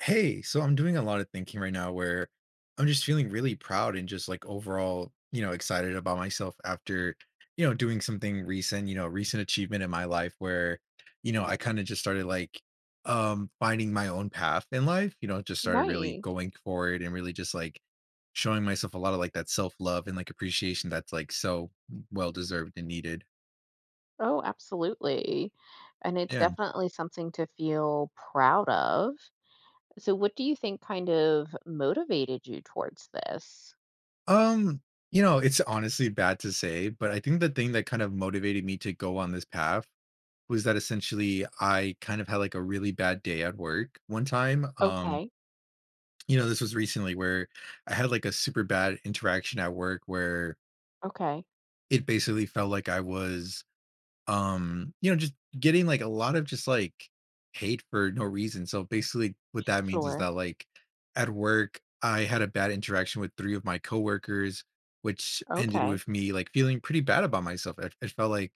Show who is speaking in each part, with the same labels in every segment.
Speaker 1: Hey, so I'm doing a lot of thinking right now where I'm just feeling really proud and just like overall, you know, excited about myself after, you know, doing something recent, you know, recent achievement in my life where, you know, I kind of just started like finding my own path in life, you know, just started really
Speaker 2: Nice.
Speaker 1: going forward and really just like showing myself a lot of like that self-love and like appreciation that's like so well deserved and needed.
Speaker 2: Oh, absolutely. And it's
Speaker 1: Yeah.
Speaker 2: definitely something to feel proud of. So, what do you think kind of motivated you towards this?
Speaker 1: Um, you know, it's honestly bad to say, but I think the thing that kind of motivated me to go on this path was that essentially I kind of had like a really bad day at work one time.
Speaker 2: Okay.
Speaker 1: You know, this was recently where I had like a super bad interaction at work where
Speaker 2: Okay.
Speaker 1: it basically felt like I was you know, just getting, like, a lot of just, like, hate for no reason. So, basically, what that means is
Speaker 2: Sure.
Speaker 1: that, like, at work, I had a bad interaction with 3 of my coworkers, which ended
Speaker 2: Okay.
Speaker 1: with me, like, feeling pretty bad about myself. It felt like,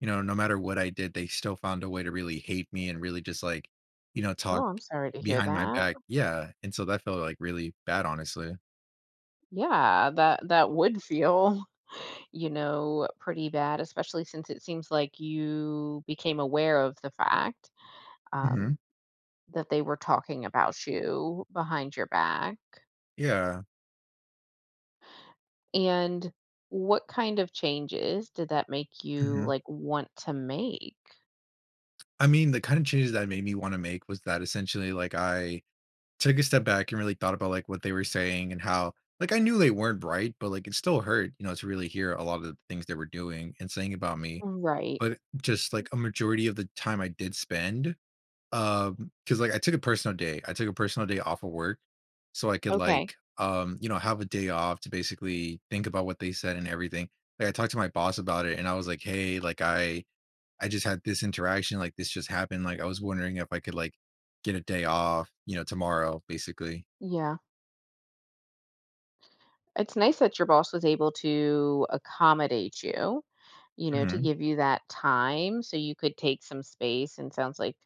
Speaker 1: you know, no matter what I did, they still found a way to really hate me and really just, like, you know, talk
Speaker 2: Oh, I'm sorry to hear
Speaker 1: behind my
Speaker 2: that.
Speaker 1: back. Yeah, and so that felt, like, really bad, honestly.
Speaker 2: Yeah, that would feel, pretty bad, especially since it seems like you became aware of the fact um,
Speaker 1: Mhm.
Speaker 2: that they were talking about you behind your back.
Speaker 1: Yeah.
Speaker 2: And what kind of changes did that make you
Speaker 1: Mhm.
Speaker 2: want to make?
Speaker 1: I mean, the kind of changes that made me wanna make was that essentially, like, I took a step back and really thought about like what they were saying and how like I knew they weren't right, but like it still hurt, you know, to really hear a lot of the things they were doing and saying about me.
Speaker 2: Right.
Speaker 1: But just like a majority of the time I did spend, because like I took a personal day. I took a personal day off of work so I could
Speaker 2: Okay.
Speaker 1: like you know, have a day off to basically think about what they said and everything. Like I talked to my boss about it and I was like, hey, like I just had this interaction, like this just happened. Like I was wondering if I could like get a day off, you know, tomorrow, basically.
Speaker 2: Yeah. It's nice that your boss was able to accommodate you, you know, to
Speaker 1: Mhm,
Speaker 2: give you that time so you could take some space and sounds like,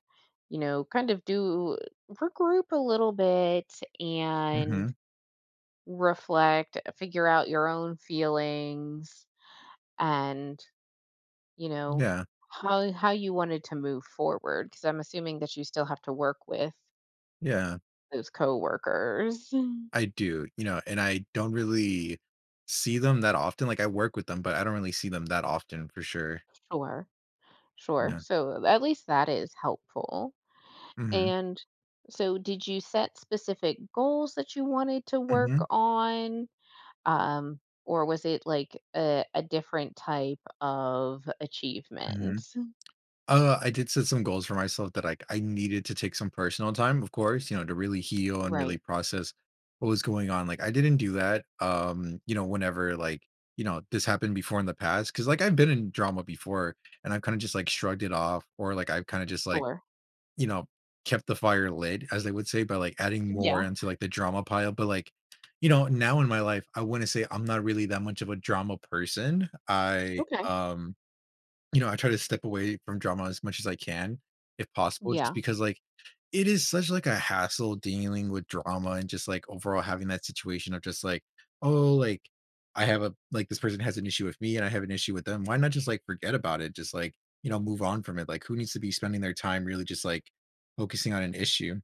Speaker 2: you know, kind of do regroup a little bit and
Speaker 1: mhm.
Speaker 2: reflect, figure out your own feelings and you know,
Speaker 1: Yeah,
Speaker 2: how you wanted to move forward, because I'm assuming that you still have to work with
Speaker 1: yeah,
Speaker 2: those coworkers. Mhm.
Speaker 1: I do, you know, and I don't really see them that often, like, I work with them, but I don't really see them that often for sure.
Speaker 2: Sure, sure.
Speaker 1: Yeah.
Speaker 2: So at least that is helpful.
Speaker 1: Mhm,
Speaker 2: And so, did you set specific goals that you wanted to work
Speaker 1: mhm,
Speaker 2: on? Um, or was it like a different type of
Speaker 1: mhm.
Speaker 2: achievement?
Speaker 1: I did set some goals for myself that, like, I needed to take some personal time, of course, you know, to really heal and really
Speaker 2: Right.
Speaker 1: process what was going on. Like, I didn't do that, you know, whenever, like, you know, this happened before in the past, because like, I've been in drama before, and I've kinda just, like, shrugged it off, or, like, I've kinda just, like,
Speaker 2: Sure.
Speaker 1: you know, kept the fire lit, as they would say, by like adding more
Speaker 2: Yeah.
Speaker 1: into like the drama pile. But like, you know, now in my life, I wouldn't say I'm not really that much of a drama person. I,
Speaker 2: Okay.
Speaker 1: um, you know, I try to step away from drama as much as I can, if possible, just
Speaker 2: Yeah.
Speaker 1: because like it is such like a hassle dealing with drama and just like overall having that situation of just like, oh, like I have a like this person has an issue with me and I have an issue with them. Why not just like forget about it? Just like, you know, move on from it. Like who needs to be spending their time really just like focusing on an issue?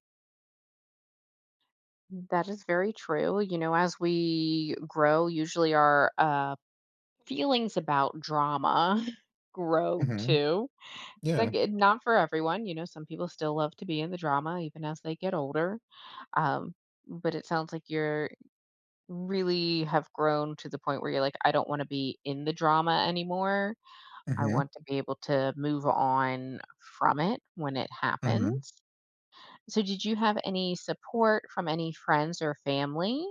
Speaker 2: That is very true. You know, as we grow, usually our feelings about drama grow
Speaker 1: hmm
Speaker 2: too.
Speaker 1: Yeah.
Speaker 2: Like, not for everyone, you know, some people still love to be in the drama even as they get older. Um, but it sounds like you're really have grown to the point where you're like, I don't want to be in the drama anymore. I
Speaker 1: hmm
Speaker 2: want to be able to move on from it when it
Speaker 1: hmm
Speaker 2: happens. So, did you have any support from any friends or family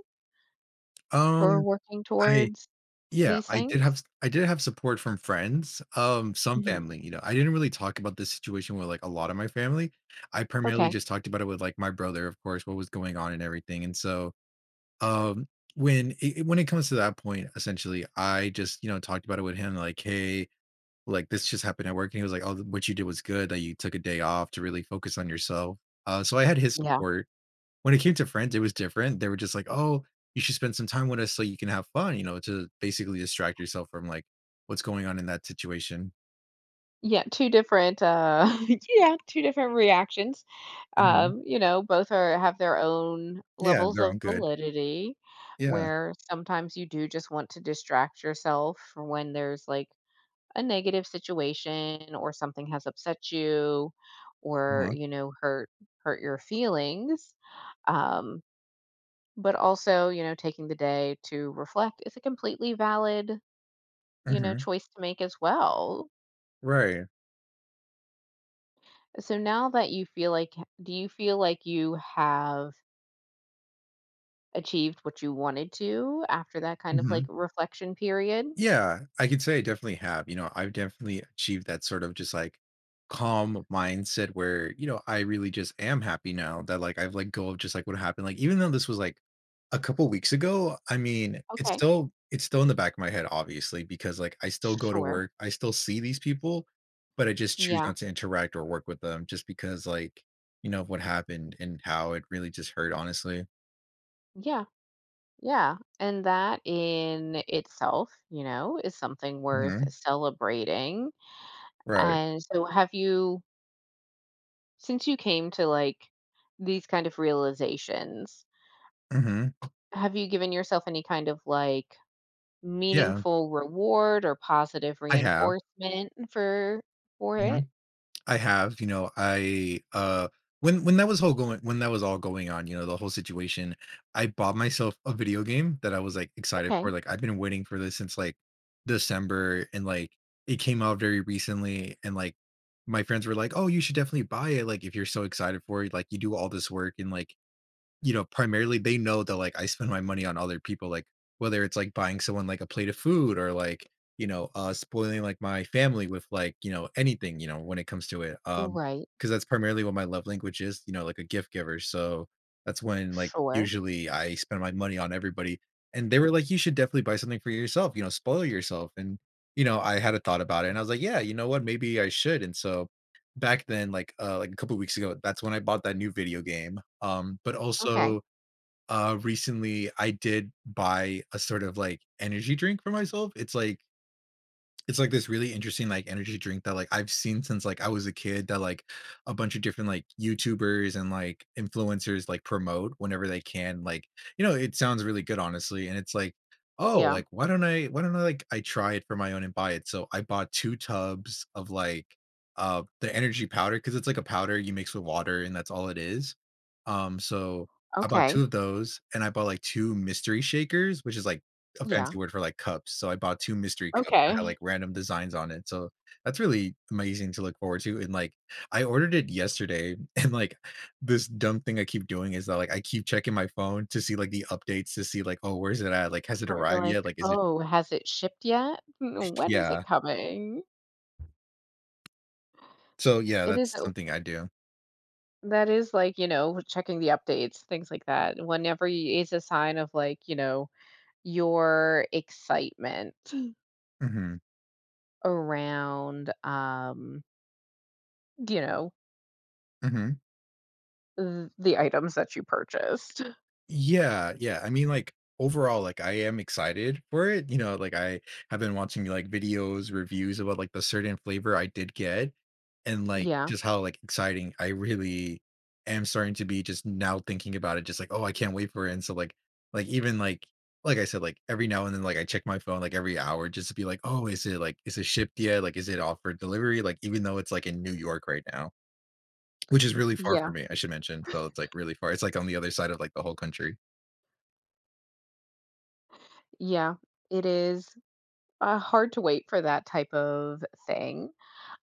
Speaker 2: for
Speaker 1: Um,
Speaker 2: working
Speaker 1: I
Speaker 2: towards
Speaker 1: Yeah,
Speaker 2: these things?
Speaker 1: I did have support from friends, some
Speaker 2: Hmm.
Speaker 1: family, you know, I didn't really talk about this situation with, like, a lot of my family. I primarily
Speaker 2: Okay.
Speaker 1: just talked about it with, like, my brother, of course, what was going on and everything, and so, um, when it comes to that point, essentially, I just, you know, talked about it with him, like, "Hey, like, this just happened at work," and he was like, "Oh, what you did was good, that you took a day off to really focus on yourself." So I had his support. When it came to friends, it was different. They were just like, "Oh, you should spend some time with us so you can have fun," you know, to basically distract yourself from, like, what's going on in that situation.
Speaker 2: Yeah, 2 different, yeah, 2 different reactions.
Speaker 1: Mhm.
Speaker 2: You know, both are have their own
Speaker 1: Yeah,
Speaker 2: levels
Speaker 1: they're all
Speaker 2: of
Speaker 1: good.
Speaker 2: validity,
Speaker 1: Yeah.
Speaker 2: where sometimes you do just want to distract yourself from when there's, like, a negative situation or something has upset you or,
Speaker 1: Uh-huh.
Speaker 2: you know, hurt your feelings. Um, but also, you know, taking the day to reflect is a completely valid, you know,
Speaker 1: Mhm.
Speaker 2: choice to make as well.
Speaker 1: Right.
Speaker 2: So now that you feel like do you feel like you have achieved what you wanted to after that kind of like
Speaker 1: Mhm.
Speaker 2: reflection period?
Speaker 1: Yeah, I could say I definitely have. You know, I've definitely achieved that sort of just like calm mindset where, you know, I really just am happy now that like I've let go of just like what happened. Like even though this was like a couple weeks ago, I mean, it's
Speaker 2: Okay.
Speaker 1: still it's still in the back of my head, obviously, because like I still go to
Speaker 2: Sure.
Speaker 1: work, I still see these people, but I just choose
Speaker 2: Yeah.
Speaker 1: not to interact or work with them just because like, you know, of what happened and how it really just hurt, honestly.
Speaker 2: Yeah. Yeah. And that in itself, you know, is something worth
Speaker 1: hmm
Speaker 2: celebrating.
Speaker 1: Right.
Speaker 2: And so have you since you came to like these kind of realizations,
Speaker 1: hmm
Speaker 2: have you given yourself any kind of like
Speaker 1: Yeah,
Speaker 2: meaningful reward or positive
Speaker 1: I have.
Speaker 2: reinforcement for
Speaker 1: Mm-hmm.
Speaker 2: it?
Speaker 1: I have, you know, I when that was all going on, you know, the whole situation, I bought myself a video game that I was like excited for.
Speaker 2: Okay.
Speaker 1: Like I've been waiting for this since like December and like it came out very recently and like my friends were like, "Oh, you should definitely buy it like if you're so excited for it. Like you do all this work and like you know, primarily they know that like I spend my money on other people, like whether it's like buying someone like a plate of food or like, you know, spoiling like my family with like, you know, anything, you know, when it comes to it.
Speaker 2: Right.
Speaker 1: Because that's primarily what my love language is, you know, like a gift giver. So that's when like
Speaker 2: Sure.
Speaker 1: usually I spend my money on everybody. And they were like, you should definitely buy something for yourself, you know, spoil yourself. And, you know, I had a thought about it and I was like, yeah, you know what, maybe I should. And so back then, like, a couple weeks ago, that's when I bought that new video game, but
Speaker 2: Okay.
Speaker 1: also, recently I did buy a sort of, like, energy drink for myself. It's like this really interesting, like, energy drink that, like, I've seen since, like, I was a kid that, like, a bunch of different, like, YouTubers and, like, influencers, like, promote whenever they can, like, you know, it sounds really good, honestly, and it's like, "Oh,
Speaker 2: Yeah.
Speaker 1: like, why don't I, like, I try it for my own and buy it?" So I bought 2 tubs of, like, the energy powder because it's like a powder you mix with water and that's all it is. So I bought
Speaker 2: Okay.
Speaker 1: 2 of those and I bought, like, 2 mystery shakers, which is, like, a
Speaker 2: Yeah.
Speaker 1: fancy word for, like, cups, so I bought 2 mystery cups that had,
Speaker 2: Okay.
Speaker 1: like, random designs on it, so that's really amazing to look forward to, and, like, I ordered it yesterday, and, like, this dumb thing I keep doing is that, like, I keep checking my phone to see, like, the updates to see, like, "Oh, where's it at?" Like, "Has it
Speaker 2: Sure. You're
Speaker 1: arrived
Speaker 2: like,
Speaker 1: yet?" Like, "Is it"
Speaker 2: oh, has it shipped yet? Mm, when is
Speaker 1: Yeah.
Speaker 2: it coming?
Speaker 1: So, yeah,
Speaker 2: It is.
Speaker 1: that's something I do.
Speaker 2: That is like, you know, checking the updates, things like that. Whenever you, is a sign of like, you know, your excitement
Speaker 1: Mhm.
Speaker 2: around, you know,
Speaker 1: Mhm.
Speaker 2: the items that you purchased.
Speaker 1: Yeah, yeah. I mean, like, overall, like, I am excited for it, you know, like, I have been watching, like, videos, reviews about, like, the certain flavor I did get and, like,
Speaker 2: Yeah.
Speaker 1: just how, like, exciting I really am starting to be just now thinking about it, just like, "Oh, I can't wait for it," and so, like, even, like I said, like, every now and then, like, I check my phone, like, every hour just to be like, "Oh, is it, is it shipped yet? Like, is it off for delivery?" Like, even though it's, like, in New York right now, which is really far from
Speaker 2: Yeah.
Speaker 1: me, I should mention, so it's, like, really far. It's, like, on the other side of, like, the whole country.
Speaker 2: Yeah. It is hard to wait for that type of thing.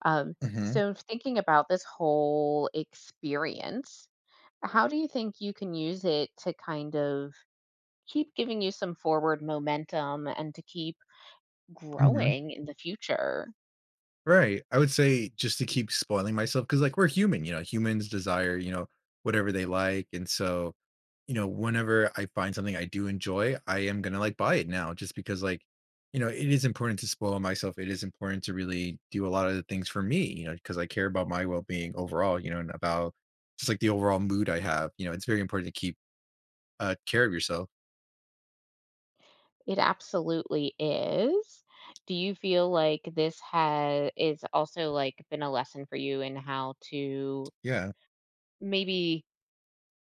Speaker 2: Um,
Speaker 1: Mhm,
Speaker 2: so thinking about this whole experience, how do you think you can use it to kind of keep giving you some forward momentum and to keep
Speaker 1: mhm.
Speaker 2: growing in the future?
Speaker 1: Right. I would say just to keep spoiling myself because, like, we're human, you know, humans desire, you know, whatever they like, and so, you know, whenever I find something I do enjoy, I am gonna, like, buy it now just because, like, you know, it is important to spoil myself. It is important to really do a lot of the things for me, you know, because I care about my well-being overall, you know, and about just, like, the overall mood I have, you know, it's very important to keep, care of yourself.
Speaker 2: It absolutely is. Do you feel like this has is also like been a lesson for you in how to
Speaker 1: Yeah.
Speaker 2: maybe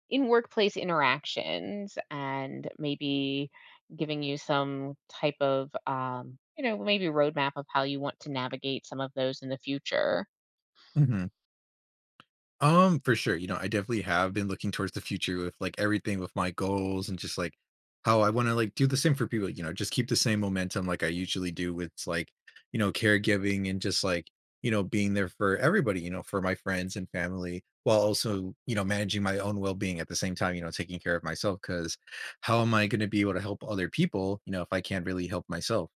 Speaker 2: in workplace interactions and maybe giving you some type of you know, maybe roadmap of how you want to navigate some of those in the future?
Speaker 1: Mhm. For sure. You know, I definitely have been looking towards the future with like everything with my goals and just like how I want to like do the same for people, you know, just keep the same momentum like I usually do with like, you know, caregiving and just like, you know, being there for everybody, you know, for my friends and family while also, you know, managing my own well-being at the same time, you know, taking care of myself because how am I going to be able to help other people, you know, if I can't really help myself?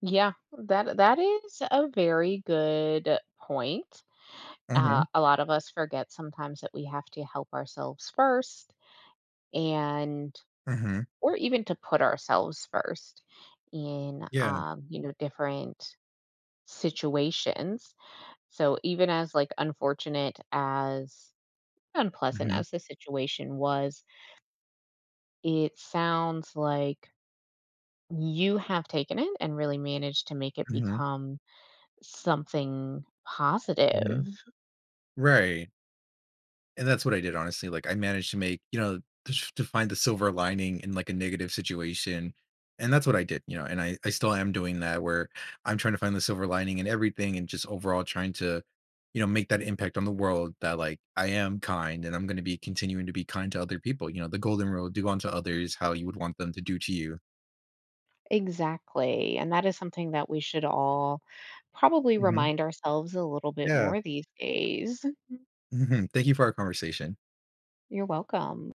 Speaker 2: Yeah, that is a very good point.
Speaker 1: Mhm.
Speaker 2: A lot of us forget sometimes that we have to help ourselves first and
Speaker 1: Mhm.
Speaker 2: or even to put ourselves first in,
Speaker 1: Yeah.
Speaker 2: you know, different situations. So even as like unfortunate as unpleasant
Speaker 1: Mhm.
Speaker 2: as the situation was, it sounds like you have taken it and really managed to make it
Speaker 1: Mhm.
Speaker 2: become something positive.
Speaker 1: Mhm. Right. And that's what I did, honestly, like, I managed to make you know, to find the silver lining in, like, a negative situation, and that's what I did, you know, and I still am doing that where I'm trying to find the silver lining in everything and just overall trying to, you know, make that impact on the world that, like, I am kind and I'm gonna be continuing to be kind to other people, you know, the golden rule, do unto others how you would want them to do to you.
Speaker 2: Exactly. And that is something that we should all probably
Speaker 1: Mhm.
Speaker 2: remind ourselves a little bit
Speaker 1: Yeah.
Speaker 2: more these days.
Speaker 1: Mhm. Thank you for our conversation.
Speaker 2: You're welcome.